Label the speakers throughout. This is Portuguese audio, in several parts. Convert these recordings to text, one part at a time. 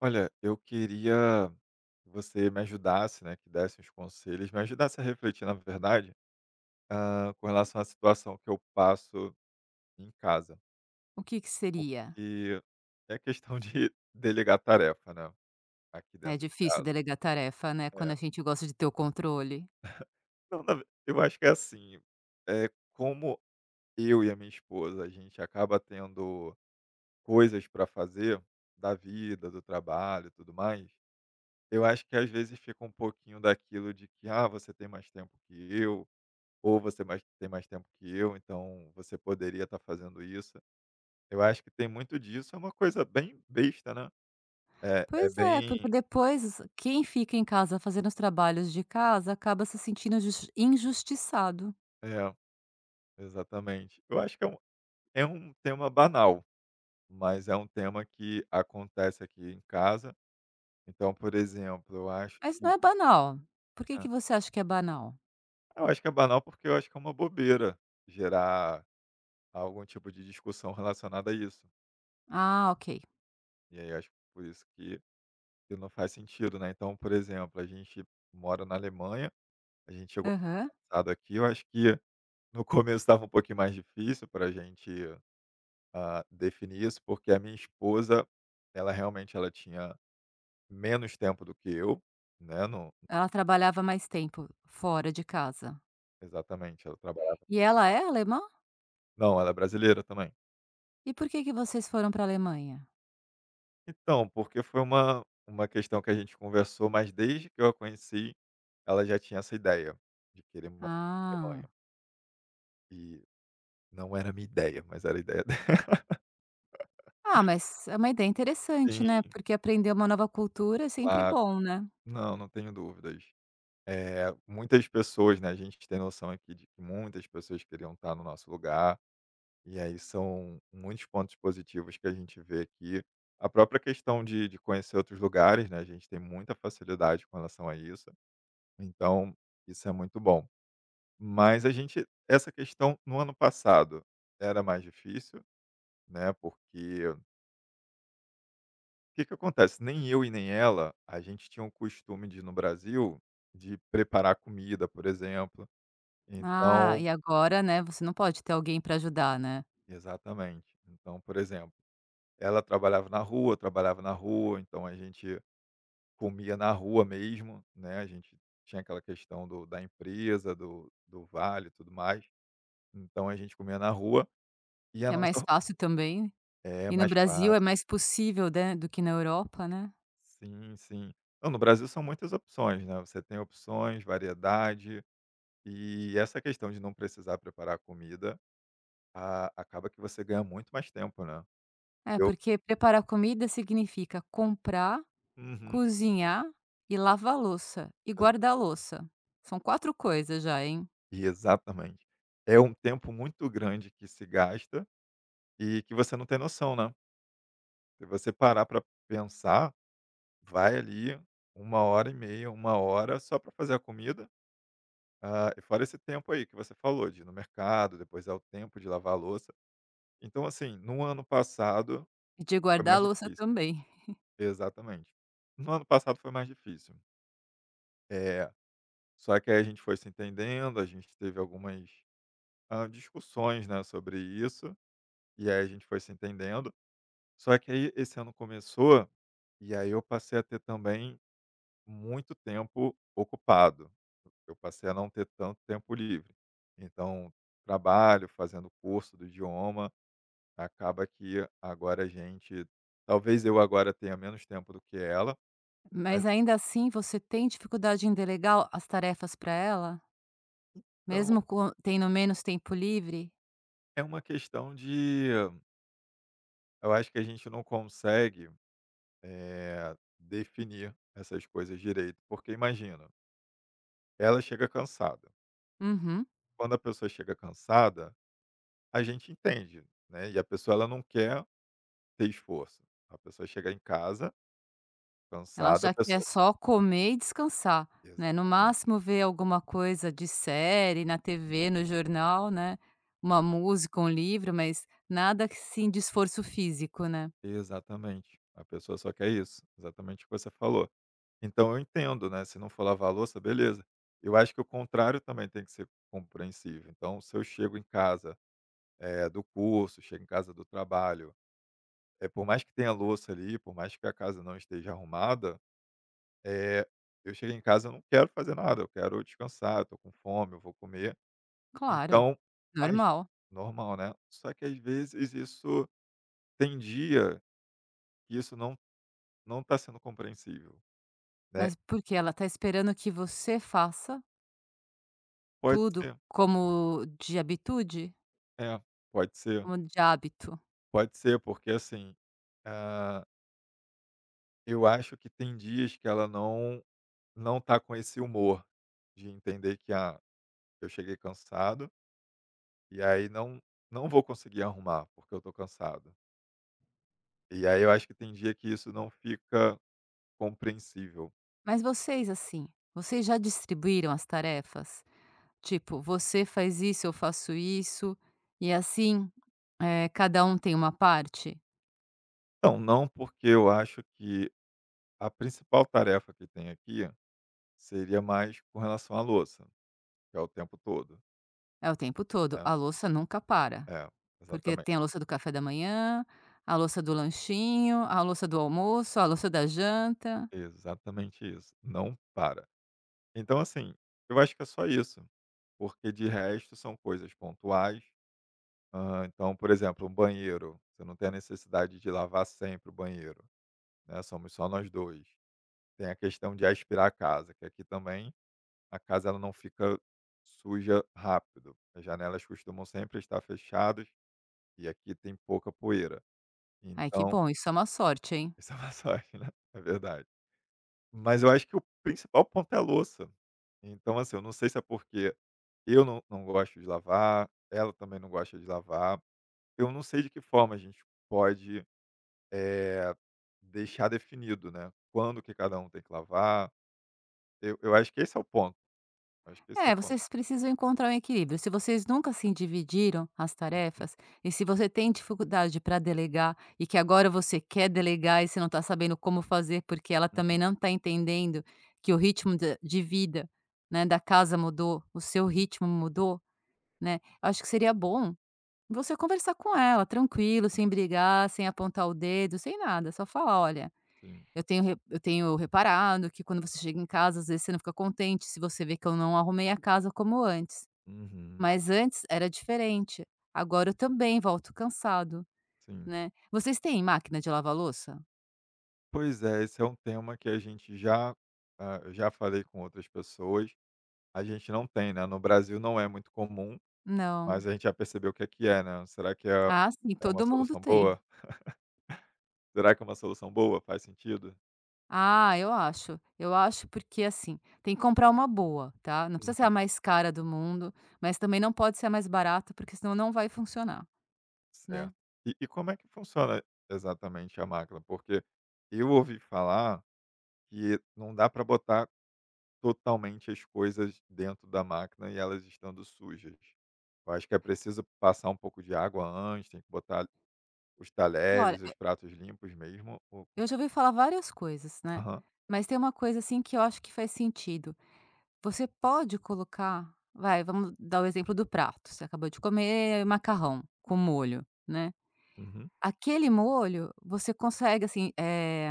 Speaker 1: Olha, eu queria que você me ajudasse, né, que desse uns conselhos, me ajudasse a refletir, na verdade, com relação à situação que eu passo em casa,
Speaker 2: O que que seria?
Speaker 1: porque é questão de delegar tarefa, né, aqui
Speaker 2: É
Speaker 1: dentro de
Speaker 2: difícil
Speaker 1: casa.
Speaker 2: delegar tarefa, né,
Speaker 1: É.
Speaker 2: quando a gente gosta de ter o controle.
Speaker 1: Não, eu acho que é assim, é como eu e a minha esposa, a gente acaba tendo coisas para fazer da vida, do trabalho e tudo mais. Eu acho que às vezes fica um pouquinho daquilo de que, você tem mais tempo que eu, ou você mais tem mais tempo que eu, então você poderia estar fazendo isso. Eu acho que tem muito disso, é uma coisa bem besta, né. É
Speaker 2: Pois é,
Speaker 1: bem
Speaker 2: porque depois quem fica em casa fazendo os trabalhos de casa acaba se sentindo injustiçado.
Speaker 1: é, exatamente. Eu acho que é um tema banal, mas é um tema que acontece aqui em casa. Então, por exemplo, eu acho
Speaker 2: Mas não
Speaker 1: que
Speaker 2: é banal. Por que
Speaker 1: hã,
Speaker 2: que você acha que é banal?
Speaker 1: eu acho que é banal, porque eu acho que é uma bobeira gerar algum tipo de discussão relacionada a isso.
Speaker 2: Ah, ok.
Speaker 1: E aí acho que por isso que não faz sentido, né. Então, por exemplo, a gente mora na Alemanha, a gente chegou
Speaker 2: Aham.
Speaker 1: passado aqui, eu acho que no começo estava um pouquinho mais difícil para a gente, definir isso, porque a minha esposa, ela realmente ela tinha menos tempo do que eu, né, não
Speaker 2: Ela trabalhava mais tempo fora de casa.
Speaker 1: exatamente, ela trabalhava
Speaker 2: E ela é alemã?
Speaker 1: não, ela é brasileira também.
Speaker 2: E por que que vocês foram para a Alemanha?
Speaker 1: Então, porque foi uma questão que a gente conversou, mas desde que eu a conheci, ela já tinha essa ideia de querer morar na Alemanha.
Speaker 2: Ah.
Speaker 1: E não era a minha ideia, mas era a ideia dela.
Speaker 2: Ah, mas é uma ideia interessante, né?
Speaker 1: Sim,
Speaker 2: Porque aprender uma nova cultura é sempre
Speaker 1: claro.
Speaker 2: bom, né?
Speaker 1: Não, não tenho dúvidas. É, muitas pessoas, né, a gente tem noção aqui de que muitas pessoas queriam estar no nosso lugar, e aí são muitos pontos positivos que a gente vê aqui. A própria questão de, conhecer outros lugares, né, a gente tem muita facilidade com relação a isso, então isso é muito bom. Mas a gente, essa questão no ano passado era mais difícil, né, porque o que que acontece? Nem eu e nem ela, a gente tinha o costume de, no Brasil, de preparar comida, por exemplo,
Speaker 2: Ah,
Speaker 1: então
Speaker 2: e agora, né, você não pode ter alguém para ajudar, né.
Speaker 1: exatamente. Então, por exemplo, ela trabalhava na rua, eu trabalhava na rua, então a gente comia na rua mesmo, né? A gente tinha aquela questão do, da empresa, do, vale e tudo mais. Então a gente comia na rua e a
Speaker 2: Que é
Speaker 1: nossa.
Speaker 2: mais fácil também,
Speaker 1: É
Speaker 2: e no
Speaker 1: mais
Speaker 2: Brasil é
Speaker 1: fácil.
Speaker 2: mais possível, né, do que na Europa, né.
Speaker 1: Sim, sim. Não, no Brasil são muitas opções, né? Você tem opções, variedade, e essa questão de não precisar preparar a comida, a, acaba que você ganha muito mais tempo, né?
Speaker 2: É,
Speaker 1: Eu.
Speaker 2: porque preparar comida significa comprar,
Speaker 1: Uhum,
Speaker 2: cozinhar e lavar a louça, e guardar a louça. São 4 coisas já, hein.
Speaker 1: e exatamente. É um tempo muito grande que se gasta e que você não tem noção, né. Se você parar para pensar, vai ali uma hora e meia, uma hora só para fazer a comida, e fora esse tempo aí que você falou de ir no mercado, depois é o tempo de lavar a louça. Então, assim, no ano passado
Speaker 2: E de
Speaker 1: foi
Speaker 2: guardar a
Speaker 1: mais
Speaker 2: louça
Speaker 1: difícil.
Speaker 2: também.
Speaker 1: Exatamente. No ano passado foi mais difícil. É só que aí a gente foi se entendendo, a gente teve algumas, discussões, né, sobre isso, e aí a gente foi se entendendo. Só que aí esse ano começou, e aí eu passei a ter também muito tempo ocupado. Eu passei a não ter tanto tempo livre. Então, trabalho, fazendo curso do idioma, acaba que agora a gente talvez eu agora tenha menos tempo do que ela, mas
Speaker 2: Mas ainda assim você tem dificuldade em delegar as tarefas para ela?
Speaker 1: então
Speaker 2: Mesmo com tendo menos tempo livre?
Speaker 1: é uma questão de eu acho que a gente não consegue, definir essas coisas direito, porque imagina, ela chega cansada.
Speaker 2: Uhum.
Speaker 1: Quando a pessoa chega cansada a gente entende, né, e a pessoa ela não quer ter esforço. A pessoa chega em casa
Speaker 2: Ela
Speaker 1: cansada, a
Speaker 2: já quer
Speaker 1: pessoa
Speaker 2: só comer e descansar, né, no
Speaker 1: exatamente,
Speaker 2: máximo ver alguma coisa de série na TV, no jornal, né, uma música, um livro, mas nada assim de esforço físico, né.
Speaker 1: exatamente, a pessoa só quer isso, exatamente o que você falou. Então eu entendo, né, se não for lavar a louça, beleza. Eu acho que o contrário também tem que ser compreensível. Então se eu chego em casa, do curso, chego em casa do trabalho, é por mais que tenha louça ali, por mais que a casa não esteja arrumada, eh, eu chego em casa, eu não quero fazer nada, eu quero descansar, eu tô com fome, eu vou comer.
Speaker 2: Claro,
Speaker 1: Então, às
Speaker 2: normal.
Speaker 1: normal, né. Só que às vezes isso tem dia que isso não está sendo compreensível, né.
Speaker 2: Mas porque ela tá esperando que você faça
Speaker 1: Pode
Speaker 2: tudo
Speaker 1: ser
Speaker 2: como de habitude?
Speaker 1: é, pode ser,
Speaker 2: Como de hábito.
Speaker 1: pode ser, porque assim, ah, eu acho que tem dias que ela não tá com esse humor de entender que, eu cheguei cansado e aí não vou conseguir arrumar, porque eu tô cansado. E aí eu acho que tem dia que isso não fica compreensível.
Speaker 2: Mas vocês, assim, vocês já distribuíram as tarefas? Tipo, você faz isso, eu faço isso, e assim, cada um tem uma parte?
Speaker 1: Então não porque eu acho que a principal tarefa que tem aqui seria mais com relação à louça, que é o tempo todo,
Speaker 2: É o tempo todo.
Speaker 1: né.
Speaker 2: A louça nunca para,
Speaker 1: É,
Speaker 2: porque
Speaker 1: exatamente,
Speaker 2: tem a louça do café da manhã, a louça do lanchinho, a louça do almoço, a louça da janta.
Speaker 1: exatamente isso, não para. Então, assim, eu acho que é só isso, porque de resto são coisas pontuais. Então, por exemplo, o banheiro, você não tem a necessidade de lavar sempre o banheiro, né, somos só nós 2. Tem a questão de aspirar a casa, que aqui também a casa ela não fica suja rápido, as janelas costumam sempre estar fechadas e aqui tem pouca poeira.
Speaker 2: Ai, que
Speaker 1: Então,
Speaker 2: bom, isso é uma sorte, hein?
Speaker 1: isso é massagem, né, é verdade. Mas eu acho que o principal ponto é a louça. Então, assim, eu não sei se é porque eu não gosto de lavar, ela também não gosta de lavar. Eu não sei de que forma a gente pode, eh, deixar definido, né, quando que cada um tem que lavar. Eu acho que esse é o ponto. Eu acho que esse é o
Speaker 2: É,
Speaker 1: ponto.
Speaker 2: vocês precisam encontrar um equilíbrio. Se vocês nunca assim dividiram as tarefas, e se você tem dificuldade para delegar e que agora você quer delegar e você não está sabendo como fazer, porque ela
Speaker 1: Uhum,
Speaker 2: também não está entendendo que o ritmo de vida, né, da casa mudou, o seu
Speaker 1: uhum, sim,
Speaker 2: ritmo mudou, né? Acho que seria bom você conversar com ela, tranquilo, sem brigar, sem apontar o dedo, sem nada, só falar, olha,
Speaker 1: sim.
Speaker 2: eu tenho reparado que quando você chega em casa, às vezes, você não fica contente se você vê que eu não arrumei a casa como antes.
Speaker 1: Uhum,
Speaker 2: Mas antes era diferente. Agora eu também volto cansado,
Speaker 1: sim.
Speaker 2: né. Vocês têm máquina de lavar louça?
Speaker 1: Pois é, esse é um tema que a gente já eu já falei com outras pessoas. A gente não tem, né, no Brasil não é muito comum, mas
Speaker 2: Não.
Speaker 1: a gente já percebeu o que é, né. Será que é
Speaker 2: Ah, sim,
Speaker 1: é uma
Speaker 2: todo mundo
Speaker 1: solução
Speaker 2: tem.
Speaker 1: boa? Será que é uma solução boa? Faz sentido?
Speaker 2: Ah, eu acho. Eu acho porque, assim, tem que comprar uma boa, tá. Não precisa ser
Speaker 1: Uhum,
Speaker 2: a mais cara do mundo, mas também não pode ser a mais barata, porque senão não vai funcionar, né.
Speaker 1: certo. E como é que funciona exatamente a máquina? Porque eu ouvi falar que não dá para botar totalmente as coisas dentro da máquina e elas estando sujas. Eu acho que é preciso passar um pouco de água antes, tem que botar os talheres, os
Speaker 2: Olha,
Speaker 1: pratos limpos mesmo ou como
Speaker 2: eu
Speaker 1: é
Speaker 2: já
Speaker 1: que
Speaker 2: ouvi falar várias coisas, né,
Speaker 1: aham,
Speaker 2: mas tem uma coisa, assim, que eu acho que faz sentido. Você pode colocar vai, vamos dar o exemplo do prato, você acabou de comer macarrão com molho, né.
Speaker 1: uhum,
Speaker 2: Aquele molho você consegue, assim,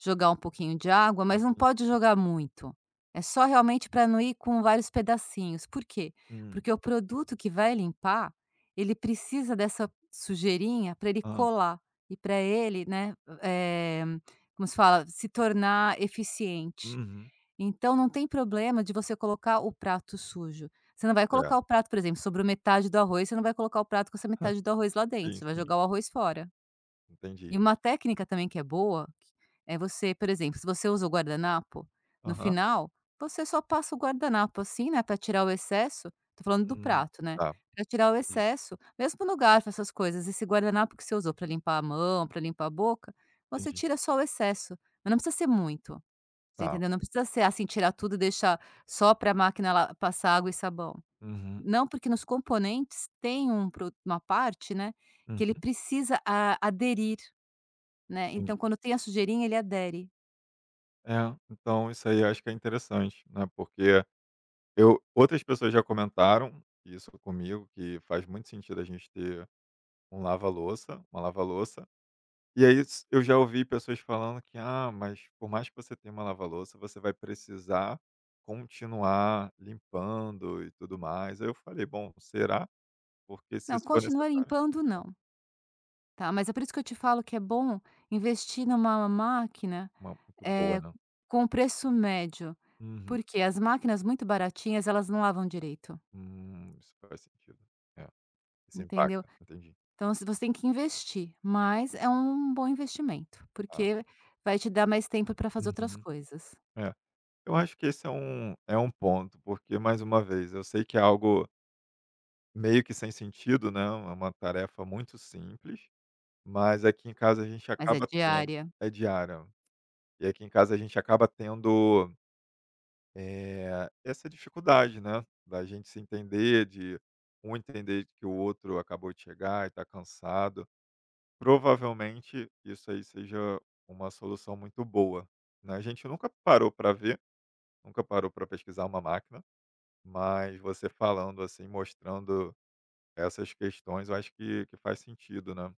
Speaker 2: jogar um pouquinho de água, mas não
Speaker 1: entendi.
Speaker 2: pode jogar muito. É só realmente para não ir com vários pedacinhos. Por quê?
Speaker 1: Hum,
Speaker 2: Porque o produto que vai limpar, ele precisa dessa sujeirinha para ele
Speaker 1: hã,
Speaker 2: colar e para ele, né, eh, como se fala, se tornar eficiente.
Speaker 1: uhum.
Speaker 2: Então não tem problema de você colocar o prato sujo. Você não vai colocar
Speaker 1: Certo.
Speaker 2: o prato, por exemplo, sobre metade do arroz, você não vai colocar o prato com essa metade do arroz lá dentro,
Speaker 1: Sim,
Speaker 2: você vai
Speaker 1: sim,
Speaker 2: jogar o arroz fora.
Speaker 1: entendi.
Speaker 2: E uma técnica também que é boa, é você, por exemplo, se você usa o guardanapo, no
Speaker 1: Aham.
Speaker 2: final, você só passa o guardanapo assim, né, para tirar o excesso tô falando do
Speaker 1: Hum,
Speaker 2: prato, né,
Speaker 1: tá,
Speaker 2: para tirar o
Speaker 1: entendi,
Speaker 2: excesso, mesmo no garfo, essas coisas, esse guardanapo que você usou para limpar a mão, para limpar a boca, você
Speaker 1: entendi.
Speaker 2: tira só o excesso, mas não precisa ser muito, você
Speaker 1: Tá.
Speaker 2: entendeu? Não precisa ser assim, tirar tudo e deixar só para a máquina lá passar água e sabão.
Speaker 1: Uhum,
Speaker 2: Não, porque nos componentes tem um pro uma parte, né, que ele
Speaker 1: uhum,
Speaker 2: precisa a aderir. Né,
Speaker 1: entendi.
Speaker 2: então quando tem a sujeirinha ele adere.
Speaker 1: É, então isso aí eu acho que é interessante, né, porque eu outras pessoas já comentaram isso comigo, que faz muito sentido a gente ter um lava-louça, uma lava-louça. E aí s eu já ouvi pessoas falando que: "Ah, mas por mais que você tenha uma lava-louça, você vai precisar continuar limpando e tudo mais". Aí eu falei: "Bom, será? Porque se
Speaker 2: Não,
Speaker 1: isso for
Speaker 2: continua
Speaker 1: necessário".
Speaker 2: limpando
Speaker 1: Não,
Speaker 2: não, tá, mas é por isso que eu te falo que é bom investir numa máquina,
Speaker 1: uma muito boa,
Speaker 2: eh,
Speaker 1: não.
Speaker 2: com preço médio,
Speaker 1: Uhum.
Speaker 2: porque as máquinas muito baratinhas elas não lavam direito,
Speaker 1: Isso faz sentido. É, isso
Speaker 2: entendeu.
Speaker 1: impacta, entendi.
Speaker 2: Então se você tem que investir, mas é um bom investimento,
Speaker 1: Tá.
Speaker 2: porque vai te dar mais tempo para fazer outras
Speaker 1: Uhum.
Speaker 2: coisas,
Speaker 1: É. Eu acho que esse é um ponto, porque mais uma vez, eu sei que é algo meio que sem sentido, né, é uma tarefa muito simples, mas aqui em casa a gente
Speaker 2: mas é
Speaker 1: acaba tendo
Speaker 2: diária.
Speaker 1: é diária. E aqui em casa a gente acaba tendo, essa dificuldade, né, da gente se entender, de um entender que o outro acabou de chegar e está cansado. Provavelmente isso aí seja uma solução muito boa, né. A gente nunca parou para ver, nunca parou para pesquisar uma máquina, mas você falando, assim, mostrando essas questões, eu acho que faz sentido, né.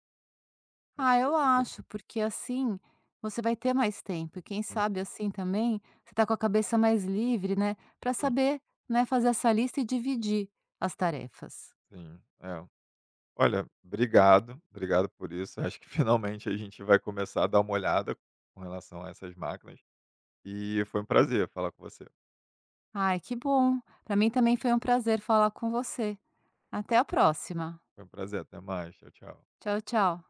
Speaker 1: Acho
Speaker 2: Ah,
Speaker 1: que faz
Speaker 2: eu
Speaker 1: sentido.
Speaker 2: acho, porque assim você vai ter mais tempo e quem
Speaker 1: Hum,
Speaker 2: sabe, assim, também, você tá com a cabeça mais livre, né, para
Speaker 1: sim,
Speaker 2: saber, né, fazer essa lista e dividir as tarefas.
Speaker 1: sim. É. Olha, obrigado, obrigado por isso. Acho que finalmente a gente vai começar a dar uma olhada com relação a essas máquinas. E foi um prazer falar com você.
Speaker 2: Ai, que bom. Para mim também foi um prazer falar com você. Até a próxima.
Speaker 1: Foi um prazer. Até mais. Tchau, tchau.
Speaker 2: Tchau, tchau.